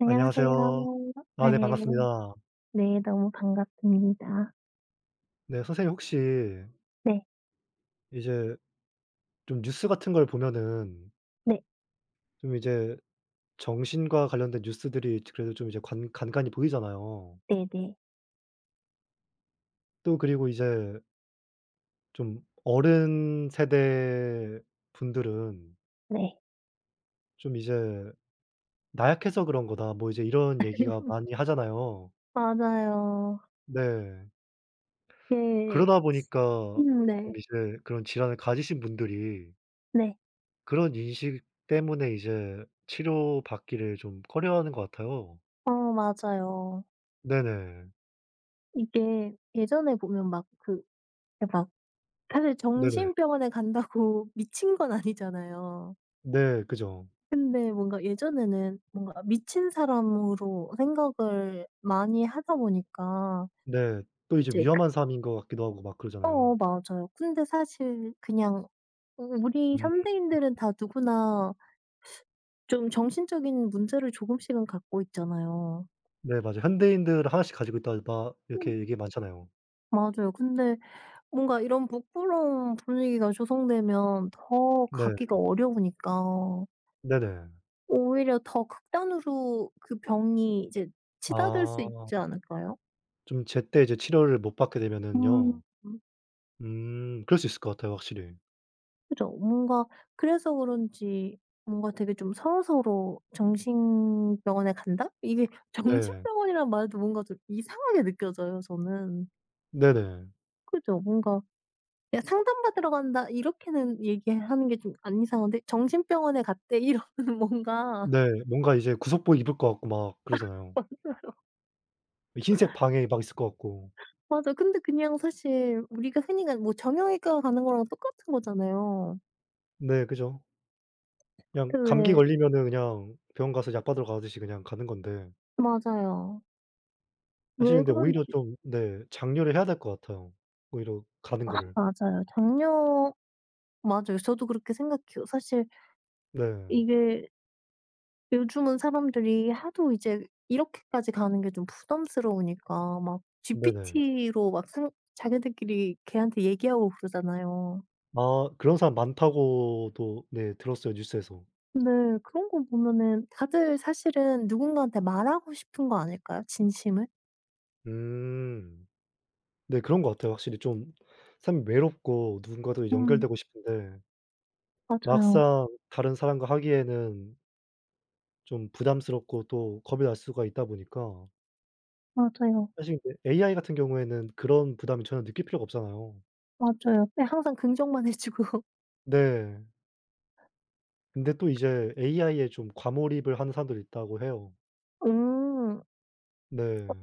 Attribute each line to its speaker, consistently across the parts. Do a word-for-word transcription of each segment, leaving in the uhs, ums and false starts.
Speaker 1: 안녕하세요.
Speaker 2: 안녕하세요. 아
Speaker 1: 네.
Speaker 2: 네 반갑습니다.
Speaker 1: 네. 너무 반갑습니다.
Speaker 2: 네 선생님 혹시
Speaker 1: 네.
Speaker 2: 이제 좀 뉴스 같은 걸 보면은
Speaker 1: 네.
Speaker 2: 좀 이제 정신과 관련된 뉴스들이 그래도 좀 이제 간 간간이 보이잖아요.
Speaker 1: 네, 네. 네.
Speaker 2: 또 그리고 이제 좀 어른 세대 분들은
Speaker 1: 네.
Speaker 2: 좀 이제 "나약해서 그런 거다." 뭐 이제 이런 얘기가 많이 하잖아요.
Speaker 1: 맞아요.
Speaker 2: 네.
Speaker 1: 이게
Speaker 2: 그러다 보니까
Speaker 1: 음. 네.
Speaker 2: 좀 이제 그런 질환을 가지신 분들이
Speaker 1: 네.
Speaker 2: 그런 인식 때문에 이제 치료받기를 좀 꺼려하는 것 같아요.
Speaker 1: 어, 맞아요.
Speaker 2: 네네.
Speaker 1: 이게 예전에 보면 막 그 예 막 사실
Speaker 2: 네네.
Speaker 1: 정신병원에 간다고 미친 건 아니잖아요.
Speaker 2: 네. 그죠.
Speaker 1: 근데 뭔가 예전에는 뭔가 미친 사람으로 생각을 많이 하다 보니까
Speaker 2: 네. 또 이제
Speaker 1: 이제 그
Speaker 2: 위험한 삶인 것 같기도 하고 막 그러잖아요.
Speaker 1: 어, 맞아요. 근데 사실 그냥 어 우리
Speaker 2: 음.
Speaker 1: 현대인들은 다 누구나 좀 정신적인 문제를 조금씩은 갖고 있잖아요.
Speaker 2: 네 맞아요. 현대인들 하나씩 가지고 있다 막
Speaker 1: 음.
Speaker 2: 이렇게 얘기 많잖아요.
Speaker 1: 맞아요. 근데 뭔가 이런 부끄러운 분위기가 조성되면 더
Speaker 2: 네.
Speaker 1: 갖기가 어려우니까
Speaker 2: 네네.
Speaker 1: 오히려 더 극단으로 그 병이 이제 치닫을 수 있지
Speaker 2: 아
Speaker 1: 않을까요?
Speaker 2: 좀 제때 이제 치료를 못 받게
Speaker 1: 음.
Speaker 2: 되면은요. 음 그럴 수 있을 것 같아요 확실히.
Speaker 1: 그죠. 뭔가 그래서 그런지 뭔가 되게 좀 서로서로 "정신병원에 간다?" 이게
Speaker 2: 네.
Speaker 1: 정신병원이란 말도 뭔가 좀 이상하게 느껴져요, 저는.
Speaker 2: 네네.
Speaker 1: 그죠. 뭔가 그냥 "상담받으러 간다." 이렇게는 얘기하는 게 좀 안 이상한데 "정신병원에 갔대." 이러면 뭔가
Speaker 2: 네. 뭔가 이제 구속복 입을 것 같고 막 그러잖아요. 흰색 방에 막 있을 것 같고.
Speaker 1: 맞아. 근데 그냥 사실 우리가 흔히 가는 뭐 정형외과 가는 거랑 똑같은 거잖아요.
Speaker 2: 네. 그죠. 그냥
Speaker 1: 근데
Speaker 2: 감기
Speaker 1: 왜
Speaker 2: 걸리면은 그냥 병원 가서 약 받으러 가듯이 그냥 가는 건데
Speaker 1: 맞아요.
Speaker 2: 사실
Speaker 1: 왜
Speaker 2: 근데 오히려
Speaker 1: 그런지
Speaker 2: 좀 네 장려를 해야 될 것 같아요. 오히려 가는 거를.
Speaker 1: 맞아요. 장려 맞아요. 저도 그렇게 생각해요, 사실.
Speaker 2: 네.
Speaker 1: 이게 요즘은 사람들이 하도 이제 이렇게까지 가는 게 좀 부담스러우니까 막
Speaker 2: 네네.
Speaker 1: 지피티로 막 상 자기들끼리 걔한테 얘기하고 그러잖아요.
Speaker 2: 아 그런 사람 많다고도 네 들었어요 뉴스에서.
Speaker 1: 네. 그런 거 보면은 다들 사실은 누군가한테 말하고 싶은 거 아닐까요? 진심을?
Speaker 2: 음. 네 그런 것 같아요. 확실히 좀 사람이 외롭고 누군가도
Speaker 1: 음.
Speaker 2: 연결되고 싶은데
Speaker 1: 맞아요.
Speaker 2: 막상 다른 사람과 하기에는 좀 부담스럽고 또 겁이 날 수가 있다 보니까
Speaker 1: 맞아요.
Speaker 2: 사실 이제 에이아이 같은 경우에는 그런 부담이 전혀 느낄 필요가 없잖아요.
Speaker 1: 맞아요. 네. 항상 긍정만 해 주고.
Speaker 2: 네. 근데 또 이제 에이아이에 좀 과몰입을 하는 사람들이 있다고 해요.
Speaker 1: 음.
Speaker 2: 네.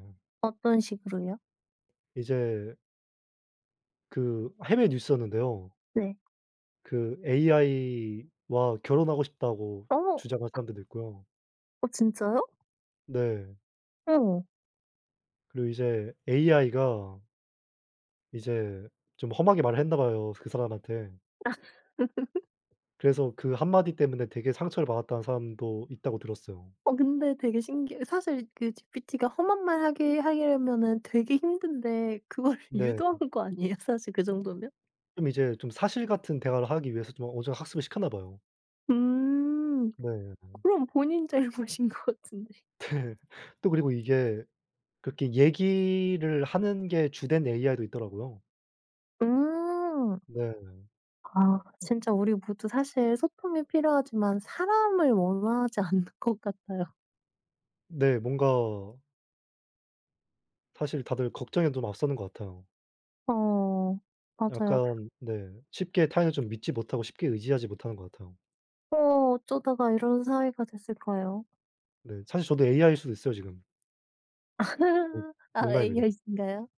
Speaker 1: 어떤 식으로요?
Speaker 2: 이제 그 해외 뉴스였는데요.
Speaker 1: 네.
Speaker 2: 그 에이아이와 결혼하고 싶다고
Speaker 1: 어
Speaker 2: 주장한 사람들도 있고요.
Speaker 1: 어 진짜요?
Speaker 2: 네.
Speaker 1: 어.
Speaker 2: 그리고 이제 에이아이가 이제 좀 험하게 말을 했나 봐요, 그 사람한테. 그래서 그 한마디 때문에 되게 상처를 받았다는 사람도 있다고 들었어요.
Speaker 1: 어 근데 되게 신기해 사실. 그 지피티가 험한 말 하게 하려면은 되게 힘든데 그걸
Speaker 2: 네.
Speaker 1: 유도한 거 아니에요? 사실 그 정도면?
Speaker 2: 좀 이제 좀 사실 같은 대화를 하기 위해서 좀 어느 정도 학습을 시켰나 봐요.
Speaker 1: 음.
Speaker 2: 네.
Speaker 1: 그럼 본인 잘못인 것 같은데.
Speaker 2: 또 그리고 이게 그렇게 얘기를 하는 게 주된 에이아이도 있더라고요.
Speaker 1: 음.
Speaker 2: 네.
Speaker 1: 아, 진짜 우리 모두 사실 소통이 필요하지만 사람을 원하지 않는 것 같아요.
Speaker 2: 네. 뭔가 사실 다들 걱정에 좀 앞서는 것 같아요.
Speaker 1: 어, 맞아요.
Speaker 2: 약간 네. 쉽게 타인을 좀 믿지 못하고 쉽게 의지하지 못하는 것 같아요.
Speaker 1: 어 어쩌다가 이런 사이가 됐을까요?
Speaker 2: 네. 사실 저도 에이아이일 수도 있어요 지금. 농
Speaker 1: 아,
Speaker 2: 농담입니다.
Speaker 1: 에이아이신가요?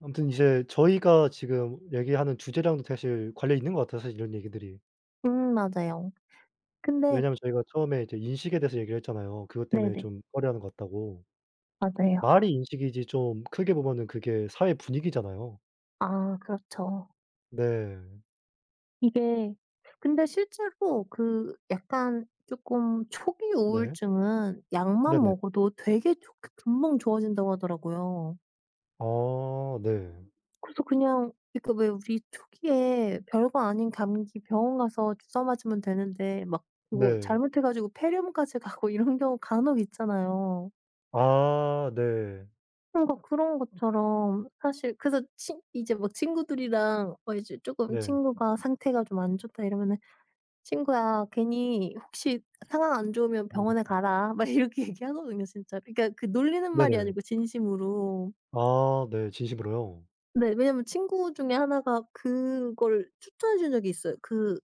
Speaker 2: 아무튼 이제 저희가 지금 얘기하는 주제랑도 사실 관련이 있는 것 같아요 사실 이런 얘기들이.
Speaker 1: 음, 맞아요. 근데
Speaker 2: 왜냐하면 저희가 처음에 이제 인식에 대해서 얘기를 했잖아요. 그것 때문에
Speaker 1: 네네.
Speaker 2: 좀 꺼려하는 것 같다고.
Speaker 1: 맞아요.
Speaker 2: 말이 인식이지 좀 크게 보면은 그게 사회 분위기잖아요.
Speaker 1: 아, 그렇죠.
Speaker 2: 네.
Speaker 1: 이게 근데 실제로 그 약간 조금 초기
Speaker 2: 네.
Speaker 1: 우울증은 약만
Speaker 2: 네네.
Speaker 1: 먹어도 되게 좋게 금방 좋아진다고 하더라고요.
Speaker 2: 아 네.
Speaker 1: 그래서 그냥 그러니까 왜 우리 초기에 별거 아닌 감기 병원 가서 주사 맞으면 되는데 막 그거
Speaker 2: 네.
Speaker 1: 잘못해 가지고 폐렴까지 가고 이런 경우 간혹 있잖아요.
Speaker 2: 아 네.
Speaker 1: 뭔가 그런 것처럼 사실 그래서 친 이제 막 친구들이랑 어 이제 쪼끔
Speaker 2: 네.
Speaker 1: 친구가 상태가 좀 안 좋다 이러면은 "친구야 괜히 혹시 상황 안 좋으면
Speaker 2: 음.
Speaker 1: 병원에 가라." 막 이렇게 얘기하거든요, 진짜로. 그러니까 그 놀리는 말이
Speaker 2: 네네.
Speaker 1: 아니고 진심으로.
Speaker 2: 아 네. 진심으로요?
Speaker 1: 네. 왜냐면 친구 중에 하나가 그걸 추천해 준 적이 있어요. 그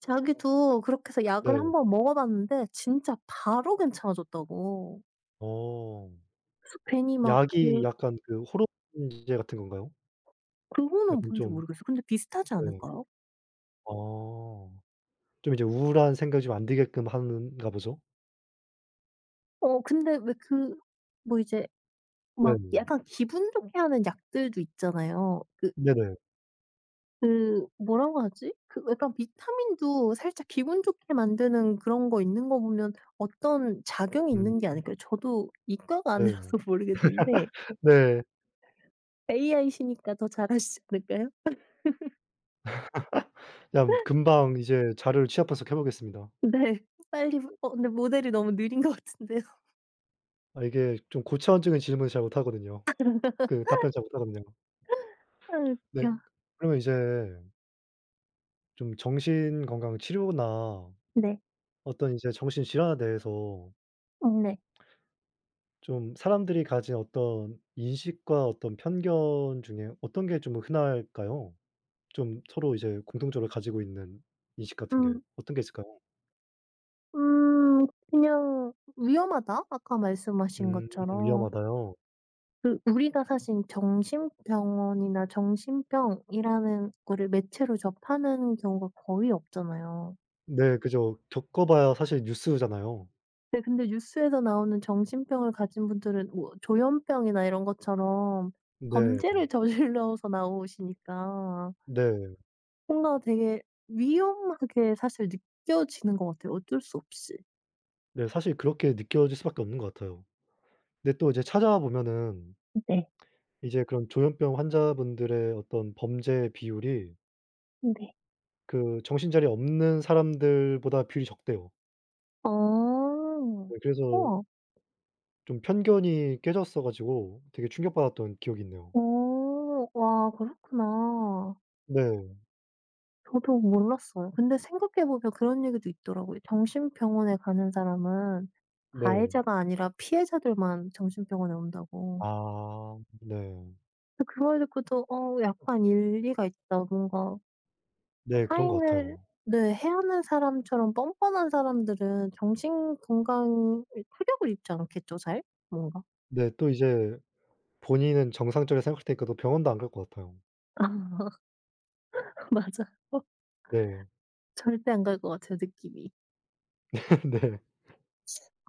Speaker 1: 자기도 그렇게 해서 약을
Speaker 2: 네.
Speaker 1: 한번 먹어 봤는데 진짜 바로 괜찮아졌다고.
Speaker 2: 어.
Speaker 1: 괜히 막
Speaker 2: 약이
Speaker 1: 그
Speaker 2: 약간 그 호르몬제 같은 건가요?
Speaker 1: 그거는
Speaker 2: 약간
Speaker 1: 뭔지 모
Speaker 2: 좀
Speaker 1: 르겠어 근데 비슷하지
Speaker 2: 네.
Speaker 1: 않을까요?
Speaker 2: 아. 좀 이제 우울한 생각이 좀 안 들게끔 하는가 보죠?
Speaker 1: 어 근데 왜 그 뭐 이제 막
Speaker 2: 네네.
Speaker 1: 약간 기분 좋게 하는 약들도 있잖아요. 그
Speaker 2: 네네.
Speaker 1: 그 뭐라고 하지? 그 약간 비타민도 살짝 기분 좋게 만드는 그런 거 있는 거 보면 어떤 작용이
Speaker 2: 음
Speaker 1: 있는 게 아닐까요? 저도 이과가 아니라서
Speaker 2: 네네.
Speaker 1: 모르겠는데,
Speaker 2: 네.
Speaker 1: 에이아이시니까 더 잘 아시지 않을까요?
Speaker 2: 그냥 금방 이제 자료를 취합해서 해 보겠습니다.
Speaker 1: 네. 빨리 어 근데 모델이 너무 느린 것 같은데요.
Speaker 2: 아 이게 좀 고차원적인 질문을 잘 못하거든요. 그 답변을 잘 못하거든요.
Speaker 1: 아,
Speaker 2: 네.
Speaker 1: 웃겨.
Speaker 2: 그러면 이제 좀 정신 건강 치료나
Speaker 1: 네.
Speaker 2: 어떤 이제 정신 질환에 대해서
Speaker 1: 음 네.
Speaker 2: 좀 사람들이 가진 어떤 인식과 어떤 편견 중에 어떤 게 좀 흔할까요? 좀 서로 이제 공통적으로 가지고 있는 인식 같은 게
Speaker 1: 음
Speaker 2: 어떤 게 있을까요?
Speaker 1: 음 그냥 위험하다, 아까 말씀하신
Speaker 2: 음
Speaker 1: 것처럼.
Speaker 2: 위험하다요.
Speaker 1: 그 우리가 사실 정신병원이나 정신병이라는 거를 매체로 접하는 경우가 거의 없잖아요.
Speaker 2: 네 그죠. 겪어 봐야 사실 뉴스잖아요.
Speaker 1: 네, 근데 뉴스에서 나오는 정신병을 가진 분들은 뭐 조현병이나 이런 것처럼
Speaker 2: 네.
Speaker 1: 범죄를 저질러서 나오시니까
Speaker 2: 네.
Speaker 1: 뭔가 되게 위험하게 사실 느껴지는 것 같아요, 어쩔 수 없이.
Speaker 2: 네 사실 그렇게 느껴질 수밖에 없는 것 같아요. 근데 또 이제 찾아보면은
Speaker 1: 네.
Speaker 2: 이제 그런 조현병 환자분들의 어떤 범죄 비율이
Speaker 1: 네.
Speaker 2: 그 정신자리 없는 사람들보다 비율이 적대요.
Speaker 1: 아.
Speaker 2: 네 그래서
Speaker 1: 우와.
Speaker 2: 좀 편견이 깨졌어 가지고 되게 충격받았던 기억이 있네요.
Speaker 1: 어. 와, 그렇구나.
Speaker 2: 네.
Speaker 1: 저도 몰랐어요. 근데 생각해 보면 그런 얘기도 있더라고요. 정신병원에 가는 사람은
Speaker 2: 네.
Speaker 1: 가해자가 아니라 피해자들만 정신병원에 온다고.
Speaker 2: 아 네.
Speaker 1: 근데 그 말 듣고 도 '어, 약간 일리가 있다.' 뭔가 어,
Speaker 2: 네 그런 것
Speaker 1: 타인을
Speaker 2: 같아요.
Speaker 1: 네 해하는 사람처럼 뻔뻔한 사람들은 정신 건강에 타격을 입지 않겠죠 잘? 뭔가?
Speaker 2: 네 또 이제 본인은 정상적이라 생각할 테니까 또 병원도 안 갈 것 같아요.
Speaker 1: 맞아.
Speaker 2: 네.
Speaker 1: 절대 안 갈 것 같아요, 느낌이.
Speaker 2: 네.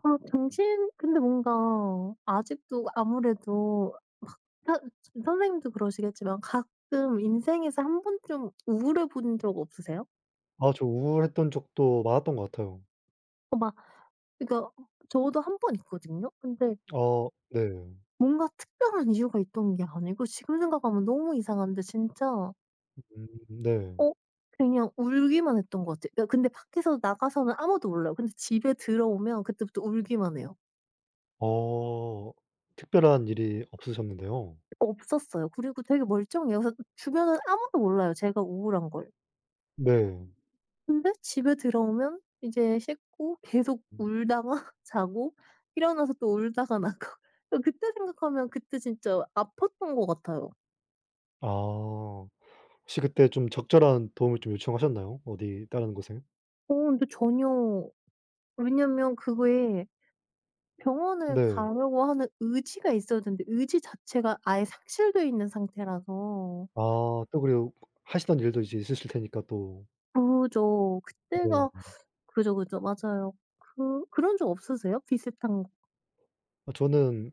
Speaker 1: 아, 정신 근데 뭔가 아직도 아무래도 사 선생님도 그러시겠지만 가끔 인생에서 한 번쯤 우울해 본 적 없으세요?
Speaker 2: 아 저 우울했던 적도 많았던 것 같아요.
Speaker 1: 그러니까 저도 한 번 있거든요. 근데
Speaker 2: 어 네.
Speaker 1: 뭔가 특별한 이유가 있던 게 아니고 지금 생각하면 너무 이상한데 진짜
Speaker 2: 음 네.
Speaker 1: 어 그냥 울기만 했던 것 같아요. 그러니까 근데 밖에서 나가서는 아무도 몰라요. 근데 집에 들어오면 그때부터 울기만 해요.
Speaker 2: 어 특별한 일이 없으셨는데요.
Speaker 1: 없었어요. 그리고 되게 멀쩡해요. 그래서 주변은 아무도 몰라요, 제가 우울한 걸.
Speaker 2: 네.
Speaker 1: 근데 집에 들어오면 이제 씻고 계속 울다가 자고 일어나서 또 울다가 나고 그때 생각하면 그때 진짜 아팠던 것 같아요.
Speaker 2: 아. 혹시 그때 좀 적절한 도움을 좀 요청하셨나요? 어디 다른 곳에?
Speaker 1: 어 근데 전혀 왜냐면 그게 병원을
Speaker 2: 네.
Speaker 1: 가려고 하는 의지가 있어야 되는데 의지 자체가 아예 상실돼 있는 상태라서
Speaker 2: 아 또 그리고 하시던 일도 이제 있으실 테니까 또.
Speaker 1: 그죠. 그때가
Speaker 2: 네.
Speaker 1: 그죠, 그죠. 맞아요. 그 그런 적 없으세요? 비슷한 거?
Speaker 2: 아 저는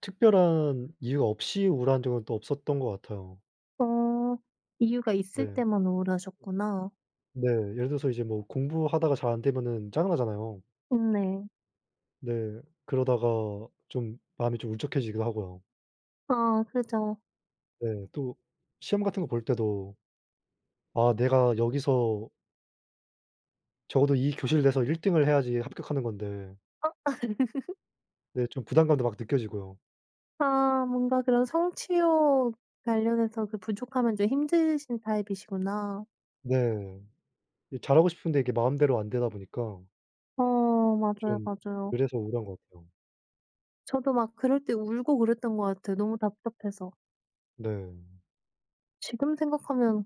Speaker 2: 특별한 이유가 없이 우울한 적은 또 없었던 것 같아요.
Speaker 1: 어. 이유가 있을
Speaker 2: 네.
Speaker 1: 때만 우울하셨구나.
Speaker 2: 네. 예를 들어서 이제 뭐 공부하다가 잘 안 되면은 짜증나잖아요.
Speaker 1: 네.
Speaker 2: 네. 그러다가 좀 마음이 좀 울적해지기도 하고요.
Speaker 1: 아, 그죠.
Speaker 2: 네. 또 시험 같은 거 볼 때도 '아 내가 여기서 적어도 이 교실 내서 일 등을 해야지 합격하는 건데.' 네 좀 부담감도 막 느껴지고요.
Speaker 1: 아, 뭔가 그런 성취욕 관련해서 그 부족하면 좀 힘드신 타입이시구나.
Speaker 2: 네. 이 잘하고 싶은데 이게 마음대로 안 되다 보니까
Speaker 1: 어, 맞아요,
Speaker 2: 좀
Speaker 1: 맞아요.
Speaker 2: 그래서 우울한 것 같아요.
Speaker 1: 저도 막 그럴 때 울고 그랬던 것 같아요, 너무 답답해서.
Speaker 2: 네.
Speaker 1: 지금 생각하면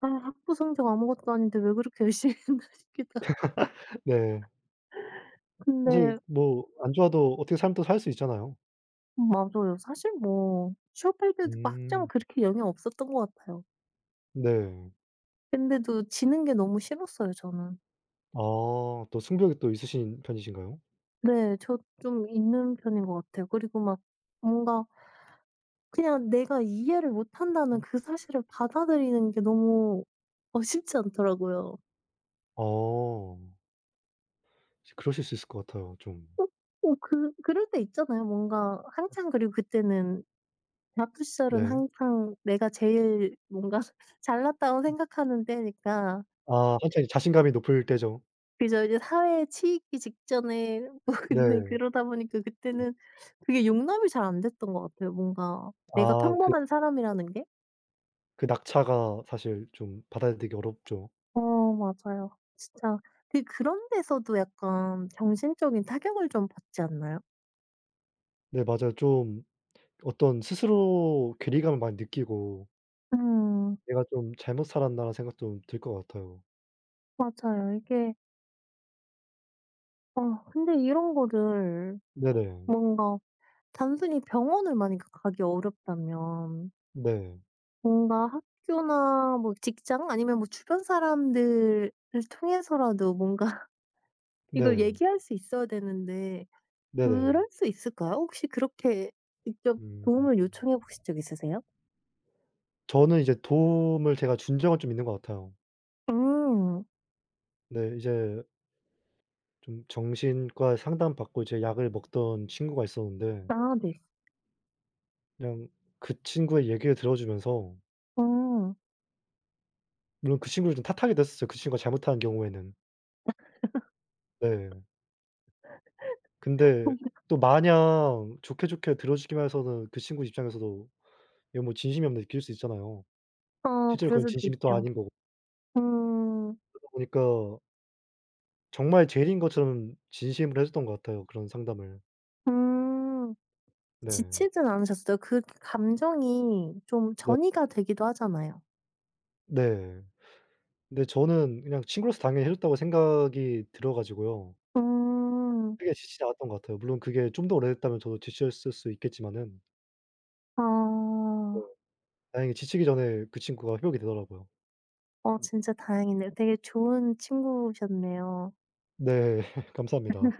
Speaker 1: 아, 학부 성적 아무것도 아닌데 왜 그렇게 열심히 했나 싶기도 하고.
Speaker 2: 네. 사실
Speaker 1: 근데
Speaker 2: 뭐 안 좋아도 어떻게 삶을 또 살 수 있잖아요.
Speaker 1: 맞아요. 사실 뭐 취업할 때도 막 학점
Speaker 2: 음.
Speaker 1: 그렇게 영향 없었던 것 같아요.
Speaker 2: 네.
Speaker 1: 근데도 지는 게 너무 싫었어요, 저는.
Speaker 2: 아 또 승부욕이 또 있으신 편이신가요?
Speaker 1: 네. 저 좀 있는 편인 것 같아요. 그리고 막 뭔가 그냥 내가 이해를 못한다는 그 사실을 받아들이는 게 너무 어 쉽지 않더라고요.
Speaker 2: 어. 혹시 그러실 수 있을 것 같아요 좀.
Speaker 1: 어 어 그 그럴 때 있잖아요. 뭔가 한창 그리고 그때는 대학교 시절은
Speaker 2: 네.
Speaker 1: 항상 내가 제일 뭔가 잘났다고 생각하는 때니까
Speaker 2: 아 한창 자신감이 높을 때죠.
Speaker 1: 그저 이제 사회에 치이기 직전에 뭐
Speaker 2: 네.
Speaker 1: 근데
Speaker 2: 음.
Speaker 1: 그러다 보니까 그때는 그게 용납이 잘 안 됐던 것 같아요. 뭔가 내가
Speaker 2: 아 그
Speaker 1: 평범한 사람이라는 게.
Speaker 2: 그 낙차가 사실 좀 받아들이기 어렵죠.
Speaker 1: 어, 맞아요. 진짜 그 그런 데서도 약간 정신적인 타격을 좀 받지 않나요?
Speaker 2: 네 맞아요. 좀 어떤 스스로 괴리감을 많이 느끼고
Speaker 1: 음,
Speaker 2: '내가 좀 잘못 살았나.'라는 생각 좀 들 것 같아요.
Speaker 1: 맞아요. 이게 어 근데 이런 거를
Speaker 2: 네네.
Speaker 1: 뭔가 단순히 병원을 만약 가기 어렵다면
Speaker 2: 네.
Speaker 1: 뭔가 학교나 뭐 직장 아니면 뭐 주변 사람들을 통해서라도 뭔가 이걸
Speaker 2: 네.
Speaker 1: 얘기할 수 있어야 되는데
Speaker 2: 네네.
Speaker 1: 그럴 수 있을까요? 혹시 그렇게 직접
Speaker 2: 음.
Speaker 1: 도움을 요청해 보신 적 있으세요?
Speaker 2: 저는 이제 도움을 제가 준 적은 좀 있는 것 같아요.
Speaker 1: 음.
Speaker 2: 네 이제 좀 정신과 상담받고 이제 약을 먹던 친구가 있었는데
Speaker 1: 아, 네.
Speaker 2: 그냥 그 친구의 얘기를 들어 주면서
Speaker 1: 음.
Speaker 2: 물론 그 친구를 좀 탓하기도 했었어요, 그 친구가 잘못한 경우에는. 네. 근데 또 마냥 좋게 좋게 들어 주기만 해서는 그 친구 입장에서도 이건 뭐 진심이 없나 느낄 수 있잖아요.
Speaker 1: 어,
Speaker 2: 실제로
Speaker 1: 그럴
Speaker 2: 그건
Speaker 1: 수도
Speaker 2: 진심이 또
Speaker 1: 있죠.
Speaker 2: 아닌 거고.
Speaker 1: 음.
Speaker 2: 그러다 보니까 정말 제일인 것처럼 진심으로 해 줬던 것 같아요, 그런 상담을.
Speaker 1: 음.
Speaker 2: 네.
Speaker 1: 지치진 않으셨어요? 그 감정이 좀
Speaker 2: 네.
Speaker 1: 전이가 되기도 하잖아요.
Speaker 2: 네. 근데 저는 그냥 친구로서 당연히 해 줬다고 생각이 들어 가지고요.
Speaker 1: 음.
Speaker 2: 크게 지치지 않았던 것 같아요. 물론 그게 좀 더 오래됐다면 저도 지쳤을 수 있겠지만은 네
Speaker 1: 아.
Speaker 2: 다행히 지치기 전에 그 친구가 회복이 되더라고요.
Speaker 1: 어, 진짜 다행이네요. 되게 좋은 친구셨네요.
Speaker 2: 네. 감사합니다.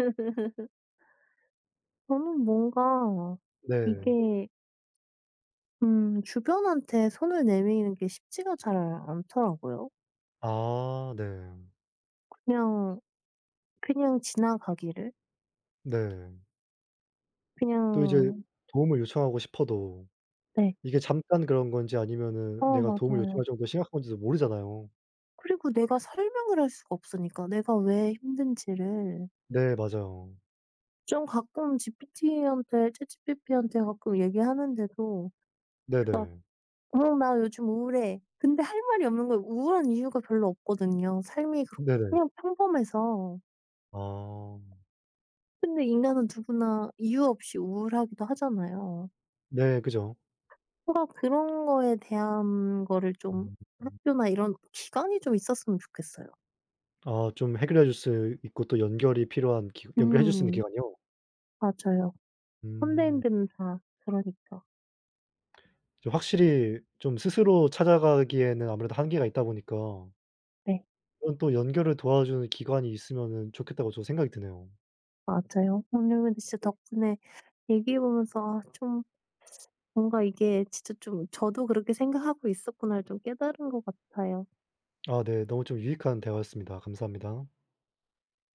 Speaker 1: 저는 뭔가
Speaker 2: 네.
Speaker 1: 이게 음 주변한테 손을 내미는 게 쉽지가 잘 않더라고요.
Speaker 2: 아 네.
Speaker 1: 그냥, 그냥 지나가기를.
Speaker 2: 네. 또 이제
Speaker 1: 그냥
Speaker 2: 도움을 요청하고 싶어도
Speaker 1: 네.
Speaker 2: 이게 잠깐 그런 건지 아니면은
Speaker 1: 어,
Speaker 2: 내가 도움을 요청할
Speaker 1: 맞아요.
Speaker 2: 정도로 심각한 건지도 모르잖아요.
Speaker 1: 그리고 내가 설명을 할 수가 없으니까 내가 왜 힘든지를.
Speaker 2: 네 맞아요.
Speaker 1: 좀 가끔 지피티한테 챗지피티한테 가끔 얘기하는데도
Speaker 2: 네네.
Speaker 1: "어, 나 요즘 우울해." 근데 할 말이 없는 거예요. 우울한 이유가 별로 없거든요. 삶이 그렇
Speaker 2: 네네.
Speaker 1: 그냥 평범해서.
Speaker 2: 아.
Speaker 1: 근데 인간은 누구나 이유 없이 우울하기도 하잖아요.
Speaker 2: 네 그죠.
Speaker 1: 뭔가 그런 거에 대한 거를 좀
Speaker 2: 음.
Speaker 1: 학교나 이런 기간이 좀 있었으면 좋겠어요.
Speaker 2: 아 좀 해결해 줄 수 있고 또 연결이 필요한 기 연결해 줄 수 있는
Speaker 1: 음,
Speaker 2: 기관이요?
Speaker 1: 맞아요.
Speaker 2: 음.
Speaker 1: 현대인들은 다 그러니까.
Speaker 2: 좀 확실히 좀 스스로 찾아가기에는 아무래도 한계가 있다 보니까
Speaker 1: 네,
Speaker 2: 그런 또 연결을 도와주는 기관이 있으면은 좋겠다고 저 생각이 드네요.
Speaker 1: 맞아요. 오늘 근데 진짜 덕분에 얘기해 보면서 아, 좀 뭔가 이게 진짜 좀 저도 그렇게 생각하고 있었구나를 좀 깨달은 것 같아요.
Speaker 2: 아 네. 너무 좀 유익한 대화였습니다. 감사합니다.